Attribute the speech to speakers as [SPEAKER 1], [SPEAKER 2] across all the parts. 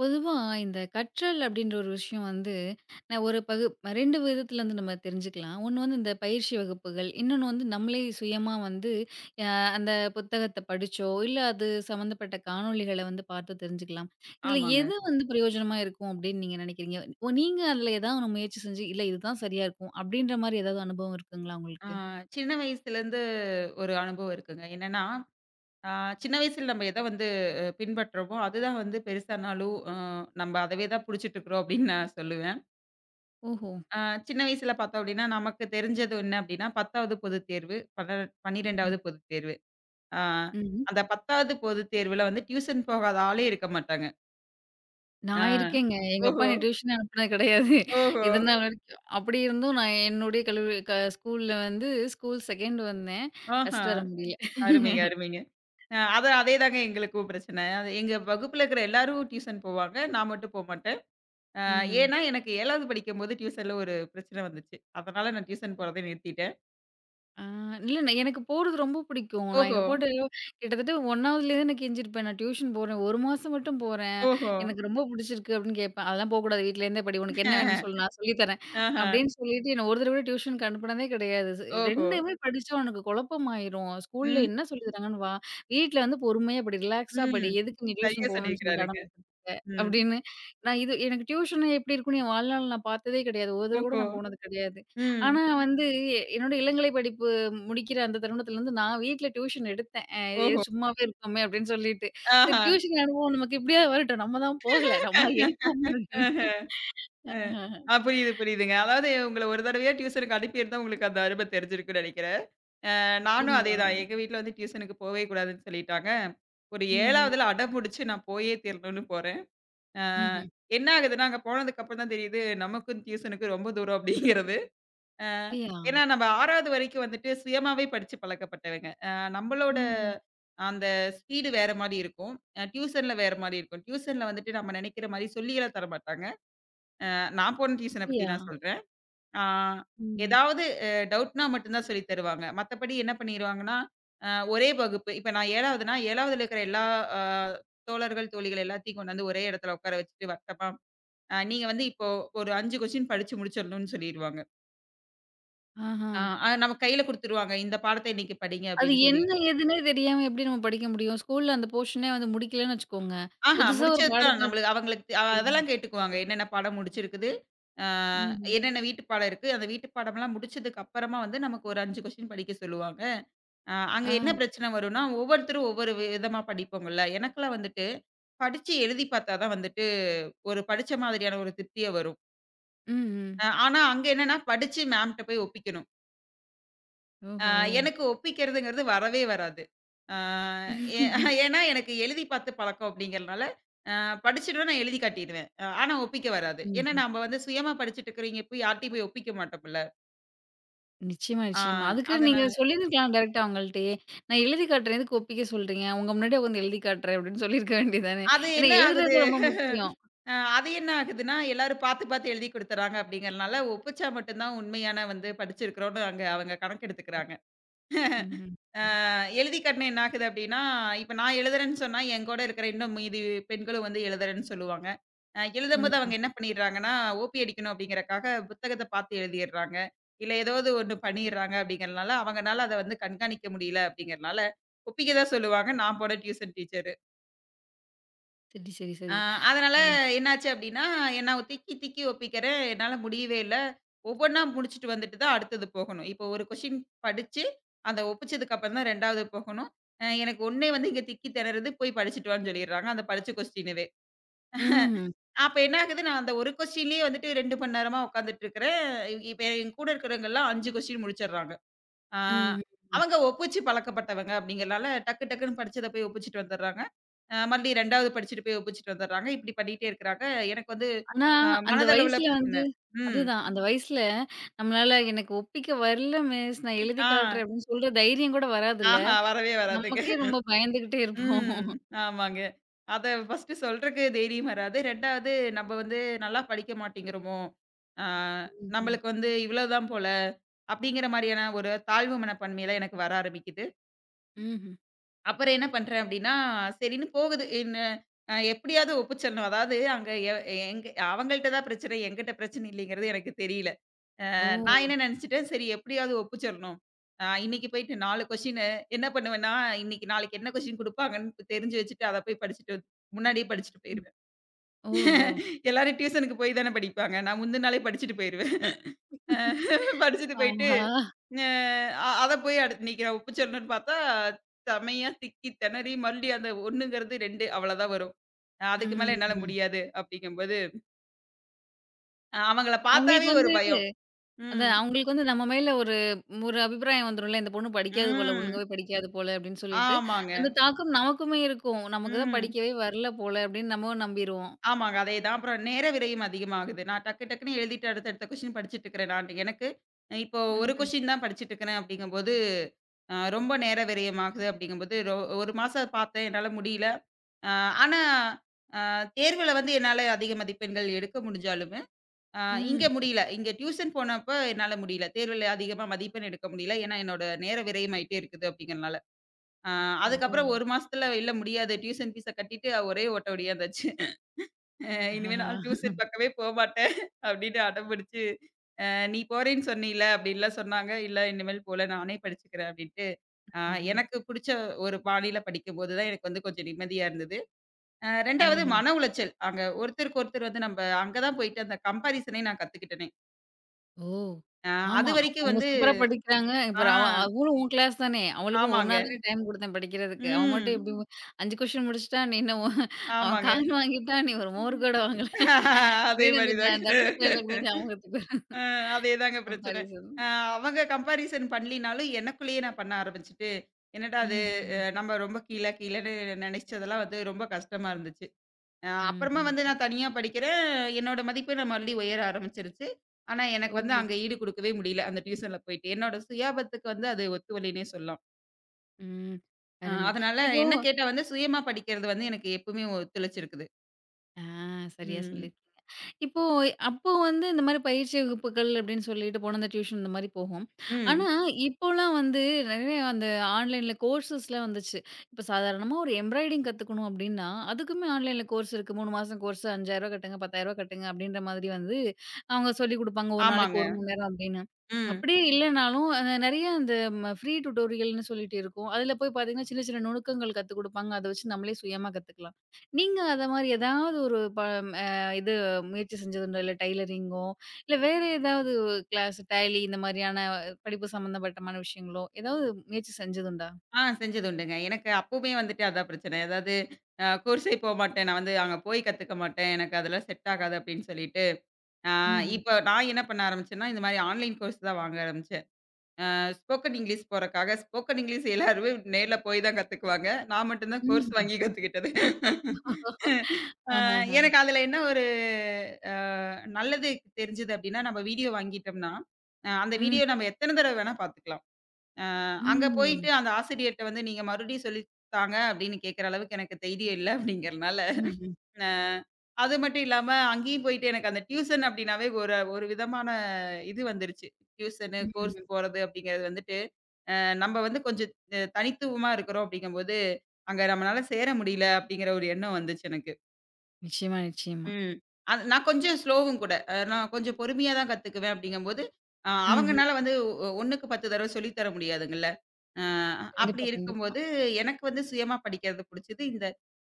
[SPEAKER 1] பொதுவா இந்த கற்றல் அப்படின்ற ஒரு விஷயம் வந்து நான் ஒரு பகு ரெண்டு விதத்துல வந்து நம்ம தெரிஞ்சுக்கலாம். ஒண்ணு வந்து இந்த பயிற்சி வகுப்புகள். இன்னொன்னு வந்து நம்மளே சுயமா வந்து அ அந்த புத்தகத்த படிச்சோ, இல்ல அது சம்மந்தப்பட்ட காணொளிகள வந்து பார்த்து தெரிஞ்சுக்கலாம். இதுல
[SPEAKER 2] ஆமாங்க.
[SPEAKER 1] எது வந்து பிரயோஜனமா இருக்கும் அப்படின்னு நீங்க நினைக்கிறீங்க? நீங்க அதுல ஏதாவது ஒண்ணு முயற்சி செஞ்சு, இல்ல இதுதான் சரியா இருக்கும் அப்படின்ற மாரி ஏதாவது அனுபவம் இருக்குங்களா
[SPEAKER 2] ஆ
[SPEAKER 1] உங்களுக்கு?
[SPEAKER 2] சின்ன வயசுலேருந்து ஒரு அனுபவம் இருக்குங்க. என்னன்னா, ஆ சின்ன வயசுல நம்ம எத வந்து பின்பற்றோமோ, அதுதான் வந்து பெருசானாலும் நம்ம அதவே தான் புடிச்சுட்டுருக்குறோம் அப்படின்னு நான் சொல்லுவேன்.
[SPEAKER 1] ஓஹோ!
[SPEAKER 2] ஆ சின்ன வயசுல பார்த்தோம் அப்படின்னா, நமக்கு தெரிஞ்சது என்ன அப்படின்னா, 10வது பொதுத் தேர்வு,
[SPEAKER 1] ம்ஹ்ம்.
[SPEAKER 2] 12வது பொதுத் தேர்வு. ஆ
[SPEAKER 1] ம்.
[SPEAKER 2] அந்த 10வது பொதுத் தேர்வுல வந்து டியூஷன் போகாத ஆளே இருக்க மாட்டாங்க. ஆ.
[SPEAKER 1] நான் இருக்கேங்க. எங்க அப்பா
[SPEAKER 2] ஓஹோ!
[SPEAKER 1] என்ன டியூஷனே அனுப்புனது கிடையாது.
[SPEAKER 2] ஓஹோ!
[SPEAKER 1] இதுநாள் வரைக்கும். அப்படி இருந்தும் நான் என்னுடைய கல்லூரி க ஸ்கூல்ல வந்து ஸ்கூல் 2ண்டு வந்தேன்.
[SPEAKER 2] ஆஹா!
[SPEAKER 1] ஃபர்ஸ்ட் வர முடியல.
[SPEAKER 2] அருமைங்க, அருமைங்க. அது அதேதாங்க எங்களுக்கும் பிரச்சனை. அது எங்க வகுப்புல இருக்கிற எல்லாரும் டியூஷன் போவாங்க. நான் மட்டும் போமாட்டேன். அ
[SPEAKER 1] ம்ஹ்ம்.
[SPEAKER 2] ஏன்னா, எனக்கு 7வது படிக்கும்போது டியூஷன்ல ஒரு பிரச்சனை வந்துச்சு. அதனால நான் டியூஷன் போறத நிறுத்திட்டேன்.
[SPEAKER 1] ஆ. இல்ல நான் எனக்கு போறது ரொம்ப பிடிக்கும். நான் எங்க
[SPEAKER 2] ஓஹோ!
[SPEAKER 1] அப்பாட்ட கிட்டத்தட்ட 1வதுலேருந்து நான் கெஞ்சிருப்பேன். நான் டியூஷன் போறேன். 1 மாசம் மட்டும் போறேன்.
[SPEAKER 2] ஓஹோ!
[SPEAKER 1] எனக்கு ரொம்ப பிடிச்சிருக்கு அப்படின்னு கேட்பேன். அதெல்லாம் போக்கூடாது. வீட்ல இருந்தே படி. உனக்கு என்ன வேணும்னு சொல்லு. நான் சொல்லி தரேன்.
[SPEAKER 2] ஆஹ.
[SPEAKER 1] அப்படின்னு சொல்லிட்டு என்ன ஒரு தடவ கூட டியூஷனுக்கு அனுப்புனதே கிடையாது.
[SPEAKER 2] ஓஹோ!
[SPEAKER 1] 2மே படிச்சா உனக்கு குழப்பமாயிரும். ஸ்கூல்ல
[SPEAKER 2] ம்.
[SPEAKER 1] என்ன சொல்லி தராங்கன்னு வா. வீட்ல வந்து பொறுமையா படி. ரிலாக்ஸா படி.
[SPEAKER 2] ம்.
[SPEAKER 1] எதுக்கு நீ
[SPEAKER 2] சரியா
[SPEAKER 1] டியூஷன் போகணும்னு சொல்லிட்டு
[SPEAKER 2] சொல்லியிருக்கிறாருங்க.
[SPEAKER 1] அடம் பிடிச்சிட்டு இருக்க?
[SPEAKER 2] ம்.
[SPEAKER 1] அப்படின்னு நான் இது எனக்கு டியூஷன் எப்படி இருக்கும்னு என் வாழ்நாள்ல நான் பார்த்ததே கிடையாது. ஒரு தடவ கூட
[SPEAKER 2] ஓஹோ!
[SPEAKER 1] நான் போனது கிடையாது.
[SPEAKER 2] ம்.
[SPEAKER 1] ஆனா வந்து என்னோட இளங்கலை படிப்பு முடிக்கிற அந்த தருணத்துலருந்து நான் வீட்ல டியூஷன் எடுத்தேன்.
[SPEAKER 2] ஓஹோ!
[SPEAKER 1] "சும்மாவே இருக்கோமே" அப்படின்னு சொல்லிட்டு. சரி
[SPEAKER 2] ஆஹ.
[SPEAKER 1] டியூஷன் அனுபவம் நமக்கு இப்படியாவது வரட்டும். நம்ம தான் போகல. நம்மளா எடுப்போமே
[SPEAKER 2] ஆஹ. அ.
[SPEAKER 1] அப்படின்னு. ஆஹஹ.
[SPEAKER 2] புரியுது, புரியுதுங்க. அதாவது உங்கள ஒரு தடவையா டியூஷனுக்கு அனுப்பியிருந்தா உங்களுக்கு அந்த அரும தெரிஞ்சிருக்கும்னு நெனைக்கிறேன். நானும்
[SPEAKER 1] அப்படிங்களா?
[SPEAKER 2] அதேதான். எங்க வீட்ல வந்து டியூஷனுக்கு போவே கூடாதுன்னு சொல்லிட்டாங்க. ஒரு
[SPEAKER 1] ம்ஹ்ம்.
[SPEAKER 2] 7வதுல அடம்புடிச்சு நான் போயே தீரணும்னு போறேன். அ
[SPEAKER 1] ம்ஹ்ம்.
[SPEAKER 2] என்ன ஆகுதுன்னா, அங்க போனதுக்கப்புறம் தான் தெரியுது, நமக்கும் டியூஷனுக்கும் ரொம்ப தூரம் அப்படிங்கிறது. அ
[SPEAKER 1] அப்படியா?
[SPEAKER 2] ஏன்னா நம்ம 6வது வரைக்கும் வந்துட்டு சுயமாவே படிச்சு பழக்கப்பட்டவங்க. நம்மளோட
[SPEAKER 1] ம்ஹ்ம்.
[SPEAKER 2] அந்த ஸ்பீடு வேற மாரி இருக்கும். டியூஷன்ல வேற மாரி இருக்கும். டியூஷன்ல வந்துட்டு நம்ம நெனைக்கிற மாரி சொல்லிலாம் தரமாட்டாங்க. நான் போன டியூஷன பத்தி
[SPEAKER 1] அப்படியா?
[SPEAKER 2] நான் சொல்றேன். ஆ
[SPEAKER 1] ம்.
[SPEAKER 2] ஏதாவது டவுட்னா மட்டும் தான் சொல்லி தருவாங்க. மத்தபடி என்ன பண்ணிருவாங்கன்னா, ஒரே வகுப்பு இப்ப நான் 7வதுனா 7வதுல இருக்கிற எல்லா அ தோழர்கள், தோழிகள் எல்லாத்தையும் கொண்டு வந்து ஒரே இடத்துல உட்கார வச்சுட்டு வட்டமா, நீங்க வந்து இப்போ ஒரு 5 கொஸ்டின் படிச்சு முடிச்சிடணும்னு சொல்லிருவாங்க.
[SPEAKER 1] ஆஹா.
[SPEAKER 2] அ அ நம்ம கையில குடுத்துருவாங்க. இந்த பாடத்த இன்னைக்கு படிங்க
[SPEAKER 1] அது
[SPEAKER 2] அப்படின்னு சொல்லி.
[SPEAKER 1] என்ன ஏதுன்னே தெரியாம எப்படி நம்ம படிக்க முடியும்? ஸ்கூல்ல அந்த போர்ஷனே வந்து முடிக்கலன்னு வச்சுக்கோங்க.
[SPEAKER 2] ஆஹா,
[SPEAKER 1] புதுசா ஒரு
[SPEAKER 2] முடிச்சது தான்
[SPEAKER 1] பாடத்த.
[SPEAKER 2] நம்மளுக்கு அவங்களுக்கு தெ- அ
[SPEAKER 1] ஓஹோ!
[SPEAKER 2] அதெல்லாம் கேட்டுக்குவாங்க. என்னென்ன பாடம் முடிச்சிருக்குது? அ
[SPEAKER 1] ம்ஹ்ம்.
[SPEAKER 2] என்னென்ன வீட்டு பாடம் இருக்கு? அந்த வீட்டு பாடம்லாம் முடிச்சதுக்கு அப்புறமா வந்து நமக்கு ஒரு 5 கொஸ்டின் படிக்க சொல்லுவாங்க. அங்க என்ன
[SPEAKER 1] ஆ.
[SPEAKER 2] பிரச்சனை வரும்னா, ஒவ்வொருத்தரும் ஒவ்வொரு விதமா படிப்போங்கல்ல. எனக்கெல்லாம் வந்துட்டு, படிச்சு எழுதி பார்த்தா தான் வந்துட்டு, ஒரு படிச்ச மாதிரியான ஒரு திருப்தியே வரும்.
[SPEAKER 1] ம்ஹ்ம்.
[SPEAKER 2] ஆனா அங்க என்னன்னா படிச்சு மேம்ட்ட போய் ஒப்பிக்கணும். ஆ
[SPEAKER 1] ஓஹோ!
[SPEAKER 2] எனக்கு ஒப்பிக்கிறதுங்கிறது வரவே வராது. ஆ ஏ ஏன்னா எனக்கு எழுதி பார்த்து பழக்கம் அப்படிங்கிறனால, அ படிச்சுடுவேன் நான் எழுதி காட்டிருவேன். ஆனா ஒப்பிக்க வராது. ஏன்னா
[SPEAKER 1] ம்.
[SPEAKER 2] நாம வந்து சுயமா படிச்சுட்டு இருக்கிறவைங்க போய் யார்ட்டயும் போய் ஒப்பிக்க மாட்டோம்ல.
[SPEAKER 1] நிச்சயமா,
[SPEAKER 2] ஆ
[SPEAKER 1] நிச்சயமா. அதுக்கு நீங்க
[SPEAKER 2] அதனால
[SPEAKER 1] சொல்லியிருக்கலாம் டைரக்ட்டா அவங்கள்ட்டயே. நான் எழுதி காட்டுறேன். எதுக்கு ஒப்பிக்க சொல்றீங்க? உங்க முன்னாடியே உட்காந்து எழுதி காட்டுறேன் அப்படின்னு சொல்லியிருக்க வேண்டியது தானே.
[SPEAKER 2] அது
[SPEAKER 1] ஏன்னா
[SPEAKER 2] என்ன ஆகுது
[SPEAKER 1] எழுதுறது ரொம்ப முக்கியம்.
[SPEAKER 2] அது என்ன ஆகுதுன்னா, எல்லாரும் பார்த்து பார்த்து எழுதி குடுத்துறாங்க அப்படிங்கிறனால, ஒப்பிச்சா மட்டும் தான் உண்மையான வந்து படிச்சிருக்கிறோம்னு அங்க அவங்க கணக்கு எடுத்துக்கிறாங்க.
[SPEAKER 1] ம்ஹ்ம்.
[SPEAKER 2] ஆ
[SPEAKER 1] ம்.
[SPEAKER 2] எழுதி காட்டுனா என்ன ஆகுது அப்டின்னா, இப்ப நான் எழுதுறேன்னு சொன்னா, என் கூட இருக்கிற இன்னும் மீதி பெண்களும் வந்து எழுதுறேன்னு சொல்லுவாங்க. எழுதும்போது
[SPEAKER 1] ம்ஹ்ம்.
[SPEAKER 2] அவங்க என்ன பண்ணிடுறாங்கன்னா, ஓபி அடிக்கணும் அப்டிங்கிறக்காக புத்தகத்த பார்த்து எழுதிர்றாங்க. இல்ல ஏதாவது ஒண்ணு பண்ணிர்றாங்க அப்டிங்கிறனால, அவங்கனால அத வந்து கண்காணிக்க முடியல அப்டிங்கிறனால, ஒப்பிக்க தான் சொல்லுவாங்க நான் போன டியூஷன் டீச்சரு.
[SPEAKER 1] சரி, சரி, சரி.
[SPEAKER 2] அ அதனால
[SPEAKER 1] ம்.
[SPEAKER 2] என்னாச்சு அப்டின்னா, என்ன அவ திக்கி, திக்கி ஒப்பிக்கிறேன். என்னால முடியவே இல்ல. ஒவ்வொன்னா முடிச்சுட்டு வந்துட்டு தான் அடுத்தது போகணும். இப்போ ஒரு கொஸ்டின் படிச்சு, அந்த ஒப்பிச்சதுக்கு அப்புறம் தான் 2வது போகணும். எனக்கு ஒண்ணே வந்து இங்க திக்கி திணறுது. போய் படிச்சுட்டு வான்னு சொல்லிடுறாங்க. அந்த படிச்ச கொஸ்டினவே.
[SPEAKER 1] ம்ஹ்ம்.
[SPEAKER 2] அப்ப என்ன ஆகுது, நான் அந்த ஒரு கொஸ்டின்லயே வந்துட்டு 2 மணி நேரமா உட்காந்துட்டு இருக்கிறேன். இப்ப என் கூட இருக்கிறவங்கலாம் 5 கொஸ்டின் முடிச்சிடுறாங்க. ஆ,
[SPEAKER 1] ம்ஹ்ம்.
[SPEAKER 2] அவங்க ஒப்பிச்சு பழக்கப்பட்டவங்க அப்படிங்கிறனால, டக்கு டக்குன்னு படிச்சத போய் ஒப்பிச்சுட்டு வந்துர்றாங்க. மறுபடியும் 2வது படிச்சுட்டு போய் ஒப்பிச்சுட்டு வந்துர்றாங்க. இப்படி பண்ணிட்டே இருக்கிறாங்க. எனக்கு வந்து
[SPEAKER 1] ஆனா அந்த
[SPEAKER 2] மனதளவுல
[SPEAKER 1] வயசுல வந்து
[SPEAKER 2] பிரச்சனை. ம்.
[SPEAKER 1] அதுதான். அந்த வயசுல நம்மளால எனக்கு ஒப்பிக்க வரல மிஸ். நான் எழுதி
[SPEAKER 2] ஆ.
[SPEAKER 1] காட்டுறேன் அப்படின்னு சொல்ற தைரியம் கூட வராதுல்ல.
[SPEAKER 2] ஆஹா வரவே வராதுங்க.
[SPEAKER 1] நமக்கே ரொம்ப பயந்துகிட்டே இருப்போம்.
[SPEAKER 2] ம். ஆமாங்க. அத ஃபர்ஸ்ட்டு சொல்றக்கு தைரியம் வராது. 2வது நம்ம வந்து நல்லா படிக்க மாட்டேங்கிறோமோ! ஆ
[SPEAKER 1] ம்ஹ்ம்.
[SPEAKER 2] நம்மளுக்கு வந்து இவ்வளவுதான் போல, அப்படிங்கிற மாரியான ஒரு தாழ்வு மனப்பான்மைலாம் எனக்கு வர ஆரம்பிக்குது.
[SPEAKER 1] ம்ஹ்ம்.
[SPEAKER 2] அப்புறம் என்ன பண்றேன் அப்படின்னா, சரின்னு போகுது. என்ன எப்படியாவது ஒப்பிச்சிடணும். அதாவது அங்க எ எங்க அவங்கள்ட்ட தான் பிரச்சனை, என்கிட்ட பிரச்சனை இல்லைங்கிறது எனக்கு தெரியல.
[SPEAKER 1] ஓ!
[SPEAKER 2] நான் என்ன நினைச்சுட்டேன், சரி எப்படியாவது ஒப்பிச்சிடணும். இன்னைக்கு போயிட்டு 4 கொஸ்டினு என்ன பண்ணுவேன்னா, இன்னைக்கு நாளைக்கு என்ன கொஸ்டின் குடுப்பாங்கன்னு தெரிஞ்சு வச்சுட்டு, அத போய் படிச்சுட்டு வந்து- முன்னாடியே படிச்சுட்டு
[SPEAKER 1] ம்.
[SPEAKER 2] போயிருவேன்.
[SPEAKER 1] ஓஹோ!
[SPEAKER 2] எல்லாரும் டியூஷனுக்கு போய் தானே படிப்பாங்க. நான் முந்தின நாளே படிச்சுட்டு போயிருவேன். அ படிச்சுட்டு போயிட்டு,
[SPEAKER 1] ஆஹா!
[SPEAKER 2] அ அத போய் அடுத்து நிக்கிறேன். உப்பு சோறுன்னு பார்த்தா, செமையா திக்கி திணறி மறுபடியும் அந்த 1ங்கிறது 2 அவ்வளோதான் வரும். அதுக்கு மேல என்னால
[SPEAKER 1] ம்ஹ்ம்.
[SPEAKER 2] முடியாது அப்படிங்கும்போது, அவங்கள பார்த்தாவே
[SPEAKER 1] அவங்களுக்கு
[SPEAKER 2] ஒரு
[SPEAKER 1] வந்து
[SPEAKER 2] பயம். ம்.
[SPEAKER 1] அதான் அவங்களுக்கு வந்து நம்ம மேல ஒரு ஒரு அபிப்பிராயம் வந்துரும்ல. இந்த பொண்ணு படிக்காது போல,
[SPEAKER 2] ம்.
[SPEAKER 1] ஒழுங்காவே படிக்காது போல அப்டின்னு சொல்லிட்டு,
[SPEAKER 2] ஆமாங்க.
[SPEAKER 1] அந்த தாக்கம் நமக்குமே இருக்கும். நமக்கு தான்
[SPEAKER 2] ம்.
[SPEAKER 1] படிக்கவே வரல போல அப்டின்னு நம்மவும் நம்பிருவோம்.
[SPEAKER 2] ஆமாங்க. அதேதான். அப்புறம் நேர விரயம் அதிகமாகுது. நான் டக்கு டக்குன்னு எழுதிட்டு அடுத்தடுத்த கொஸ்டின் படிச்சுட்டு இருக்கிறேன். எனக்கு இப்போ ஒரு
[SPEAKER 1] ம்ஹ்ம்.
[SPEAKER 2] கொஸ்டின் தான் படிச்சுட்டு இருக்கிறேன் அப்படிங்கும்போது, ரொம்ப நேர விரயமாகுது அப்படிங்கும்போது, 1 மாசம் பார்த்தேன். என்னால முடியல. அ ஆனா அ தேர்வுல வந்து என்னால அதிக மதிப்பெண்கள் எடுக்க முடிஞ்சாலுமே, அ இங்க
[SPEAKER 1] ம்.
[SPEAKER 2] முடியல. இங்க டியூஷன் போனப்ப என்னால முடியல. தேர்வுல அதிகமா மதிப்பெண் எடுக்க முடியல. ஏன்னா என்னோட நேர விரயம் ஆயிட்டே இருக்குது அப்படிங்கிறனால. அ
[SPEAKER 1] ஓ!
[SPEAKER 2] அதுக்கப்புறம் 1 மாசத்துல இல்ல முடியாது. டியூஷன் ஃபீஸ கட்டிட்டு ஒரே ஓட்ட ஓடியாந்தாச்சு. இனிமே
[SPEAKER 1] அஹஹா.
[SPEAKER 2] நான் டியூஷன் பக்கமே போமாட்டேன் அப்படின்னு அடம்பிடிச்சு, நீ போறேன்னு சொன்னீல" அப்படின்லாம் சொன்னாங்க. "இல்ல இனிமேல் போல நானே படிச்சுக்கிறேன்" அப்படின்ட்டு, அ
[SPEAKER 1] ம்ஹ்ம்.
[SPEAKER 2] எனக்கு புடிச்ச ஒரு பாணியில படிக்கும்போது தான் எனக்கு வந்து கொஞ்சம் நிம்மதியா இருந்தது. 2வது
[SPEAKER 1] ஆஹா.
[SPEAKER 2] மன உளைச்சல். அங்க ஒருத்தருக்கு ஒருத்தர் வந்து நம்ப அங்க தான் போயிட்டு அந்த கம்பேரிசனே நான் கத்துக்கிட்டேனே.
[SPEAKER 1] ஓ!
[SPEAKER 2] அ
[SPEAKER 1] ஆமா.
[SPEAKER 2] அதுவரைக்கும்
[SPEAKER 1] அவங்க
[SPEAKER 2] வந்து
[SPEAKER 1] சூப்பரா படிக்கிறாங்க. இப்ப
[SPEAKER 2] ஆ
[SPEAKER 1] அவ அவளும் உன் கிளாஸ் தானே. அவளுக்கும் ஒண்ணா
[SPEAKER 2] ஆமாங்க.
[SPEAKER 1] தானே டைம் குடுத்தேன் படிக்கிறதுக்கு. அவ மட்டும்
[SPEAKER 2] ம்.
[SPEAKER 1] எப்டி 5 கொஸ்டின் முடிச்சுட்டா, அவன்
[SPEAKER 2] ஆமாங்க.
[SPEAKER 1] கார் வாங்கிட்டா, நீ ஒரு மோர் கூட வாங்கல.
[SPEAKER 2] அதே
[SPEAKER 1] அப்டின்னு
[SPEAKER 2] மாரி
[SPEAKER 1] அந்த
[SPEAKER 2] தாங்க.
[SPEAKER 1] தனுஷ் டயலாக் தான் ஞாபகத்துக்கு வருது.
[SPEAKER 2] அ அதேதாங்க பிரச்சனை.
[SPEAKER 1] கம்பேரிசன்.
[SPEAKER 2] அ அவங்க கம்பேரிசன் பண்ணலினாலும், எனக்குள்ளேயே நான் பண்ண ஆரம்பிச்சுட்டு, என்னடா அது
[SPEAKER 1] ம்ஹ்ஹ்ம்.
[SPEAKER 2] நம்ம ரொம்ப கீழ கீழன்னு நெனைச்சதெல்லாம் வந்து ரொம்ப கஷ்டமா இருந்துச்சு. அப்புறமா வந்து
[SPEAKER 1] ம்ஹ்ம்.
[SPEAKER 2] நான் தனியா படிக்கிறேன். என்னோட மதிப்பெண் மறுபடியும் உயர ஆரம்பிச்சுருச்சு. ஆனா, எனக்கு வந்து
[SPEAKER 1] ஓஹோ!
[SPEAKER 2] அங்க ஈடு குடுக்கவே முடியல, அந்த டியூஷன்ல போயிட்டு. என்னோட சுயாபத்துக்கு வந்து அது ஒத்துவலின்னே சொல்லலாம்.
[SPEAKER 1] ம். அருமை.
[SPEAKER 2] அதனால
[SPEAKER 1] இப்ப.
[SPEAKER 2] என்ன கேட்டா வந்து சுயமா படிக்கிறது வந்து எனக்கு எப்பவுமே ஒத்துழைச்சிருக்குது.
[SPEAKER 1] ஆ. சரியா
[SPEAKER 2] ம்.
[SPEAKER 1] சொல்லியிருக்கீங்க. இப்போ அப்போ வந்து இந்த மாரி பயிற்சி வகுப்புகள் அப்படின்னு சொல்லிட்டு போன அந்த டியூஷன் இந்த மாரி போகும். ஆனா,
[SPEAKER 2] ம்.
[SPEAKER 1] இப்போலாம் வந்து நெறைய அந்த ஆன்லைன்ல கோர்சஸ்லாம் வந்துச்சு. இப்போ சாதாரணமா ஒரு எம்ப்ராய்டிங் கத்துக்கணும் அப்படின்னா, அதுக்குமே ஆன்லைன்ல கோர்ஸ் இருக்கு. 3 மாசம் கோர்ஸ் ரூ. 5,000 கட்டுங்க, ரூ. 10,000 கட்டுங்க அப்படின்ற மாதிரி வந்து அவங்க சொல்லிக் குடுப்பாங்க. ஒரு நாளைக்கு
[SPEAKER 2] ஆமாங்க.
[SPEAKER 1] 1 மணி நேரம் அப்படின்னு.
[SPEAKER 2] ம்.
[SPEAKER 1] அப்படியே இல்லனாலும் நெறைய அந்த ஃப்ரீ டியூட்டோரியல்னு சொல்லிட்டு இருக்கும். அதுல போய் பார்த்தீங்கன்னா, சின்ன சின்ன நுணுக்கங்கள் கத்துக் குடுப்பாங்க. அத வச்சு நம்மளே சுயமா கத்துக்கலாம். நீங்க அத மாரி ஏதாவது ஒரு ப அ இது முயற்சி செஞ்சதுண்டா? இல்ல டைலரிங்கோ, இல்ல வேற ஏதாவது கிளாஸ் டேலி இந்த மாரியான படிப்பு சம்மந்தப்பட்டமான விஷயங்களோ, ஏதாவது முயற்சி செஞ்சதுண்டா?
[SPEAKER 2] செஞ்சது உண்டுங்க. எனக்கு அப்பவுமே வந்துட்டு அதான் பிரச்சனை. அதாவது கோர்ஸே போமாட்டேன். நான் வந்து அங்க போய் கத்துக்க மாட்டேன். எனக்கு அதெல்லாம் செட் ஆகாது அப்படின்னு சொல்லிட்டு, அ
[SPEAKER 1] ம்ஹ்ம்.
[SPEAKER 2] இப்ப நான் என்ன பண்ண ஆரம்பிச்சேன்னா, இந்த மாரி ஆன்லைன் கோர்ஸ் தான் வாங்க ஆரம்பிச்சேன். ஸ்போக்கன் இங்கிலீஷ் போறக்காக ஸ்போக்கன் இங்கிலீஷ் எல்லாருமே நேர்ல போய் தான் கத்துக்குவாங்க. நான் மட்டும் தான் கோர்ஸ்
[SPEAKER 1] ம்ஹ்ம்.
[SPEAKER 2] வாங்கி கத்துக்கிட்டது. அ
[SPEAKER 1] ஆஹஹ.
[SPEAKER 2] எனக்கு அதுல என்ன ஒரு அ நல்லது தெரிஞ்சது அப்படின்னா, நம்ம வீடியோ வாங்கிட்டோம்னா, அந்த
[SPEAKER 1] ம்.
[SPEAKER 2] வீடியோ நம்ம எத்தன தடவ வேணா பாத்துக்கலாம்.
[SPEAKER 1] ம்.
[SPEAKER 2] அங்க
[SPEAKER 1] ம்ஹ்ம்.
[SPEAKER 2] போயிட்டு அந்த ஆசிரியர்ட்ட வந்து நீங்க மறுபடியும் சொல்லி தாங்க அப்படின்னு கேட்கிற அளவுக்கு எனக்கு தைரியம் இல்ல அப்படிங்கிறனால,
[SPEAKER 1] ம்ஹ்ம்.
[SPEAKER 2] அ அது மட்டும் இல்லாம அங்கேயும் போயிட்டு எனக்கு அந்த டியூஷன் அப்படின்னாவே ஒரு ஒரு விதமான இது வந்துருச்சு. டியூஷனு, கோர்ஸ்
[SPEAKER 1] ம்ஹ்ம்.
[SPEAKER 2] போறது அப்படிங்கிறது வந்துட்டு, நம்ம வந்து கொஞ்சம் தனித்துவமா இருக்கிறோம் அப்படிங்கும்போது, அங்க நம்மளால சேர முடியல அப்படிங்கிற ஒரு எண்ணம் வந்துச்சு எனக்கு.
[SPEAKER 1] நிச்சயமா, நிச்சயமா.
[SPEAKER 2] ம். அது நான் கொஞ்சம் ஸ்லோவும் கூட. நான் கொஞ்சம் பொறுமையா தான் கத்துக்குவேன் அப்படிங்கும்போது, அ
[SPEAKER 1] ம்ஹ்ம்.
[SPEAKER 2] அவங்கனால வந்து ஒ 1க்கு 10 தடவ சொல்லி தர முடியாதுங்கல்ல. அ அப்படி
[SPEAKER 1] கண்டிப்பா, கண்டிப்பா.
[SPEAKER 2] இருக்கும்போது, எனக்கு வந்து சுயமா படிக்கிறது புடிச்சது. இந்த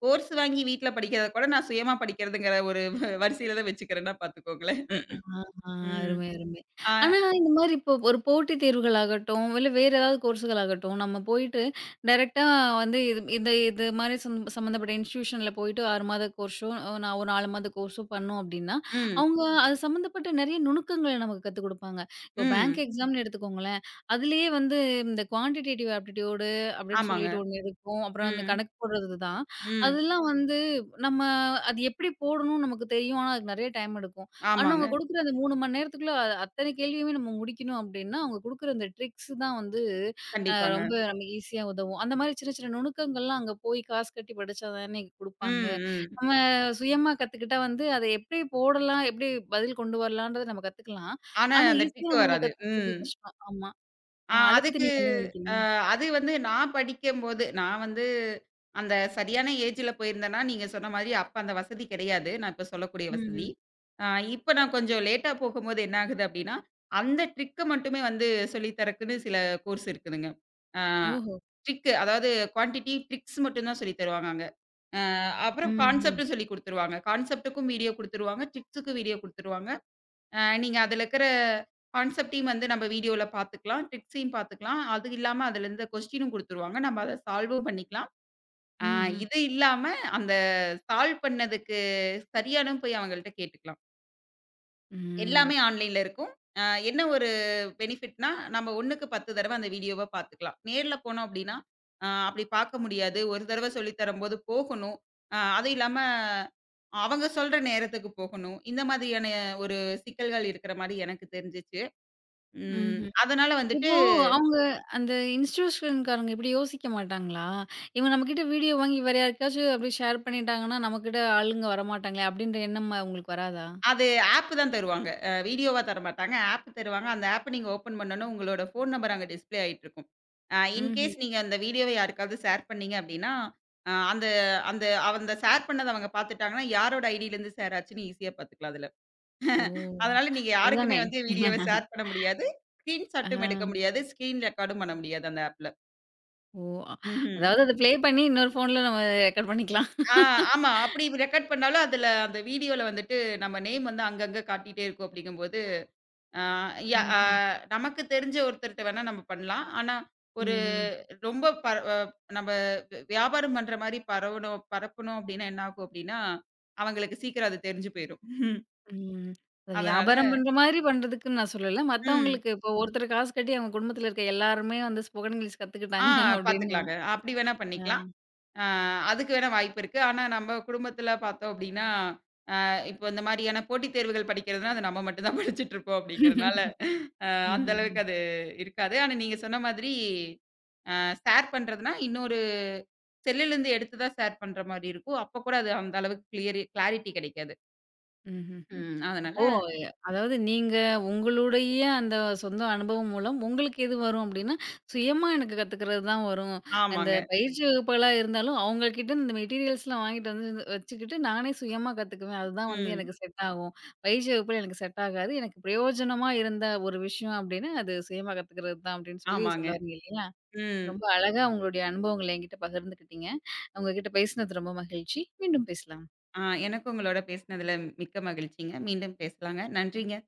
[SPEAKER 2] கோர்ஸ் வாங்கி வீட்ல படிக்கிறத கூட நான் சுயமா படிக்கிறதுங்கிற ஒரு வரிசையில தான் வச்சுக்கிறேன்னா பாத்துக்கோங்களேன்.
[SPEAKER 1] ஆஹா!
[SPEAKER 2] ம்.
[SPEAKER 1] அருமை, அருமை.
[SPEAKER 2] ஆ
[SPEAKER 1] ஆனா, இந்த மாரி இப்போ ஒரு போட்டித் தேர்வுகள் ஆகட்டும், இல்ல வேற ஏதாவது கோர்ஸ்கள் ஆகட்டும், நம்ம போயிட்டு டைரக்ட்டா வந்து இது மாரி சம்மந்தப்பட்ட இன்ஸ்டிடியூஷன்ல போயிட்டு 6 மாத கோர்ஸோ, நான் ஒரு 4 மாத கோர்ஸோ பண்ணோம் அப்டின்னா,
[SPEAKER 2] ம்,
[SPEAKER 1] அவங்க அது சம்மந்தப்பட்ட நெறைய நுணுக்கங்கள நமக்கு கத்துக் குடுப்பாங்க. இப்போ பேங்க்
[SPEAKER 2] ம்.
[SPEAKER 1] எக்ஸாம்னு எடுத்துக்கோங்களேன், அதுலயே வந்து இந்த குவான்டிடேட்டிவ் ஆப்டிட்யூடு அப்டின்னு
[SPEAKER 2] ஆமாங்க.
[SPEAKER 1] சொல்லிட்டு ஒண்ணு இருக்கும். அப்புறம் அந்த
[SPEAKER 2] ம்,
[SPEAKER 1] கணக்கு போடுறது தான்.
[SPEAKER 2] ம்.
[SPEAKER 1] அதெல்லாம் வந்து நம்ம அது எப்டி போடணும்னு நமக்கு தெரியும். ஆனா, அதுக்கு நெறைய டைம் எடுக்கும். ஆனா,
[SPEAKER 2] ஆமாங்க.
[SPEAKER 1] அவங்க குடுக்குற அந்த 3 மணி நேரத்துக்குள்ள அத்தனை கேள்வியுமே நம்ம முடிக்கணும் அப்டின்னா, அவங்க குடுக்குற அந்த ட்ரிக்ஸ் தான் வந்து
[SPEAKER 2] கண்டிப்பாங்க.
[SPEAKER 1] ரொம்ப நமக்கு ஈஸியா உதவும். அந்த மாரி சின்ன சின்ன நுணுக்கங்கள்லாம் அங்க போய் காசு கட்டி படிச்சா தானே குடுப்பாங்க.
[SPEAKER 2] ம், ம்.
[SPEAKER 1] நம்ம சுயமா கத்துக்கிட்டா வந்து அத எப்டி போடலாம், எப்டி பதில் கொண்டு வரலான்றத நம்ம கத்துக்கலாம்.
[SPEAKER 2] ஆனா
[SPEAKER 1] ஆனா,
[SPEAKER 2] அந்த டிக்
[SPEAKER 1] ஈஸியான முறையில
[SPEAKER 2] வராது.
[SPEAKER 1] கத்துக்கிறது
[SPEAKER 2] ம்.
[SPEAKER 1] கஷ்டம். ஆமா. அத பத்தி
[SPEAKER 2] அதுக்கு
[SPEAKER 1] நீங்க என்ன
[SPEAKER 2] அ
[SPEAKER 1] நெனைக்கிறீங்க?
[SPEAKER 2] அது வந்து நான் படிக்கும்போது, நான் வந்து அந்த சரியான ஏஜ்ல போயிருந்தேன்னா, நீங்க சொன்ன மாரி அப்ப அந்த வசதி கிடையாது. நான் இப்ப சொல்லக்கூடிய
[SPEAKER 1] ம்.
[SPEAKER 2] வசதி.
[SPEAKER 1] ம்.
[SPEAKER 2] அ இப்ப நான் கொஞ்சம் லேட்டா போகும்போது என்ன ஆகுது அப்டின்னா, அந்த ட்ரிக்க மட்டுமே வந்து சொல்லி தரக்குன்னு சில கோர்ஸ் இருக்குதுங்க. அ
[SPEAKER 1] ஓஹோ!
[SPEAKER 2] ட்ரிக் அதாவது குவான்டிட்டி, ட்ரிக்ஸ் மட்டும் தான் சொல்லி தருவாங்க அங்க. அ அப்புறம்
[SPEAKER 1] ம், ம்.
[SPEAKER 2] கான்செப்ட் சொல்லி குடுத்துருவாங்க. கான்செப்ட்க்கும் வீடியோ குடுத்துருவாங்க. ட்ரிக்ஸுக்கும் வீடியோ குடுத்துருவாங்க. நீங்க அதுல இருக்கிற கான்செப்டையும் வந்து நம்ம வீடியோல பார்த்துக்கலாம். ட்ரிக்ஸையும் பார்த்துக்கலாம். அது இல்லாம அதுல இருந்த கொஸ்டினும் குடுத்துருவாங்க. நம்ம அத சால்வும் பண்ணிக்கலாம். அ
[SPEAKER 1] ம், ம்.
[SPEAKER 2] இது இல்லாம அந்த சால்வ் பண்ணதுக்கு சரியானன்னு போய் அவங்கள்ட்ட கேட்டுக்கலாம்.
[SPEAKER 1] ம்.
[SPEAKER 2] எல்லாமே ஆன்லைன்ல இருக்கும். அ என்ன ஒரு பெனிஃபிட்னா, நம்ம 1க்கு 10 தடவ அந்த வீடியோவ பார்த்துக்கலாம். நேர்ல போனோம் அப்டின்னா, அப்டி பார்க்க முடியாது. ஒரு தடவ சொல்லி தரும்போது போகணும். அதுவும் இல்லாம அவங்க சொல்ற நேரத்துக்கு போகணும். இந்த மாதிரியான ஒரு சிக்கல்கள் இருக்கிற மாரி எனக்கு தெரிஞ்சுச்சு. ம்.
[SPEAKER 1] ம்ஹ்ம்.
[SPEAKER 2] அதனால வந்துட்டு
[SPEAKER 1] இப்போ அவங்க அந்த இன்ஸ்டிடியூஷன்காரங்க இப்படி யோசிக்க மாட்டாங்களா? இவங்க நம்மகிட்ட வீடியோ வாங்கி வேற யாருக்காச்சும் அப்படி ஷேர் பண்ணிட்டாங்கன்னா, நம்மகிட்ட ஆளுங்க வரமாட்டாங்களே அப்படின்ற எண்ணம் உங்களுக்கு வராதா?
[SPEAKER 2] அது ஆப் தான் தருவாங்க. வீடியோவா தரமாட்டாங்க. ஆப் தருவாங்க. அந்த ஆப்ப நீங்க ஓப்பன் பண்ணோனே உங்களோட ஃபோன் நம்பர் அங்க டிஸ்ப்ளே ஆயிட்டு இருக்கும்.
[SPEAKER 1] ம்ஹ்ம்.
[SPEAKER 2] இன்கேஸ் நீங்க அந்த வீடியோவ யாருக்காவது ஷேர் பண்ணீங்க அப்டின்னா, அ அந்த அந்த அந்த ஷேர் பண்ணத அவங்க பார்த்துட்டாங்கன்னா, யாரோட ஐடியிலேருந்து ஷேர் ஆச்சுன்னு ஈஸியா பார்த்துக்கலாம் அதுல.
[SPEAKER 1] ஓ!
[SPEAKER 2] அதனால நீங்க யாருக்குமே
[SPEAKER 1] அதுதானே.
[SPEAKER 2] வந்து வீடியோவ ஷேர் பண்ண முடியாது.
[SPEAKER 1] ஆ.
[SPEAKER 2] ஸ்கிரீன்ஷாட்டும் எடுக்க முடியாது. ஸ்கிரீன் ரெக்கார்டும் பண்ண முடியாது அந்த ஆப்ல.
[SPEAKER 1] ஓ! அ-
[SPEAKER 2] ம்ஹ்ம்.
[SPEAKER 1] அதாவது அத ப்ளே பண்ணி இன்னொரு ஃபோன்ல நம்ம ரெக்கார்ட் பண்ணிக்கலாம்.
[SPEAKER 2] ஆ ஆமா. அப்டி ரெக்கார்ட் பண்ணாலும் அதுல அந்த வீடியோல வந்துட்டு நம்ம நேம் வந்து அங்கங்க காட்டிட்டே இருக்கும் அப்டிங்கும்போது ஆ ய அ
[SPEAKER 1] ம்ஹ்ம்.
[SPEAKER 2] நமக்கு தெரிஞ்ச ஒருத்தர்ட்ட வேணா நம்ம பண்ணலாம். ஆனா, ஒரு
[SPEAKER 1] ம்ஹ்ம்.
[SPEAKER 2] ரொம்ப பர அ நம்ம வியாபாரம் பண்ற மாரி பரவணும் பரப்பணும் அப்டின்னா என்ன ஆகும் அப்டின்னா, அவங்களுக்கு சீக்கிரம் அது தெரிஞ்சு போயிரும்.
[SPEAKER 1] ம். அது
[SPEAKER 2] அதனால
[SPEAKER 1] வியாபாரம் பண்ற மாதிரி பண்றதுக்குன்னு நான் சொல்லல.
[SPEAKER 2] ம்.
[SPEAKER 1] மத்தவங்களுக்கு இப்போ ஒருத்தர் காசு கட்டி அவங்க குடும்பத்துல இருக்க எல்லாருமே வந்து ஸ்போக்கன் இங்கிலீஷ்
[SPEAKER 2] ஆ
[SPEAKER 1] கத்துக்கிட்டாங்க அப்படின்னா.
[SPEAKER 2] பாத்துக்கலாங்க. அப்டி வேணா
[SPEAKER 1] ஆ.
[SPEAKER 2] பண்ணிக்கலாம். ஆ அதுக்கு வேணா வாய்ப்பு இருக்கு. ஆனா, நம்ம குடும்பத்துல பார்த்தோம் அப்டின்னா, இப்போ இந்த மாரியான போட்டித் தேர்வுகள் படிக்கிறதுனா, அது நம்ம மட்டும் தான் படிச்சுட்டு இருப்போம் அப்டிங்கிறனால, அ அந்த
[SPEAKER 1] ம்ஹ்ம்.
[SPEAKER 2] அளவுக்கு அது இருக்காது. ஆனா, நீங்க சொன்ன மாதிரி அ ஷேர் பண்றதுனா இன்னொரு செல்லுலருந்து எடுத்து தான் ஷேர் பண்ற மாரி இருக்கும். அப்ப கூட அது அந்த அளவுக்கு கிளியரி கிளாரிட்டி கிடைக்காது.
[SPEAKER 1] ம்ஹ்ஹ்ம்.
[SPEAKER 2] ம்.
[SPEAKER 1] அப்போ
[SPEAKER 2] அதனால
[SPEAKER 1] அதாவது நீங்க உங்களுடைய அந்த சொந்த அனுபவம் மூலம் உங்களுக்கு எது வரும் அப்டின்னா, சுயமா எனக்கு கத்துக்கிறது தான் வரும். அந்த
[SPEAKER 2] ஆமாங்க.
[SPEAKER 1] பயிற்சி வகுப்புகளா இருந்தாலும் அவங்ககிட்ட இந்த மெட்டீரியல்ஸ்லாம் வாங்கிட்டு வந்து வச்சுக்கிட்டு நானே சுயமா கத்துக்குவேன். அதுதான் வந்து
[SPEAKER 2] ம்.
[SPEAKER 1] எனக்கு செட் ஆகும். பயிற்சி வகுப்புல எனக்கு செட் ஆகாது. எனக்கு பிரயோஜனமா இருந்த ஒரு விஷயம் அப்டின்னா, அது சுயமா கத்துக்கிறது தான் அப்டின்னு சொல்லி
[SPEAKER 2] ஆமாங்க.
[SPEAKER 1] சொல்ல வரீங்க இல்லையா?
[SPEAKER 2] ம்.
[SPEAKER 1] ரொம்ப அழகா உங்களுடைய அனுபவங்கள என்கிட்ட பகிர்ந்துக்கிட்டீங்க. உங்ககிட்ட பேசினது ரொம்ப மகிழ்ச்சி. மீண்டும் பேசலாம்.
[SPEAKER 2] எனக்கும் உங்களோட பேசினதுல மிக்க மகிழ்ச்சிங்க. மீண்டும் பேசலாங்க. நன்றிங்க.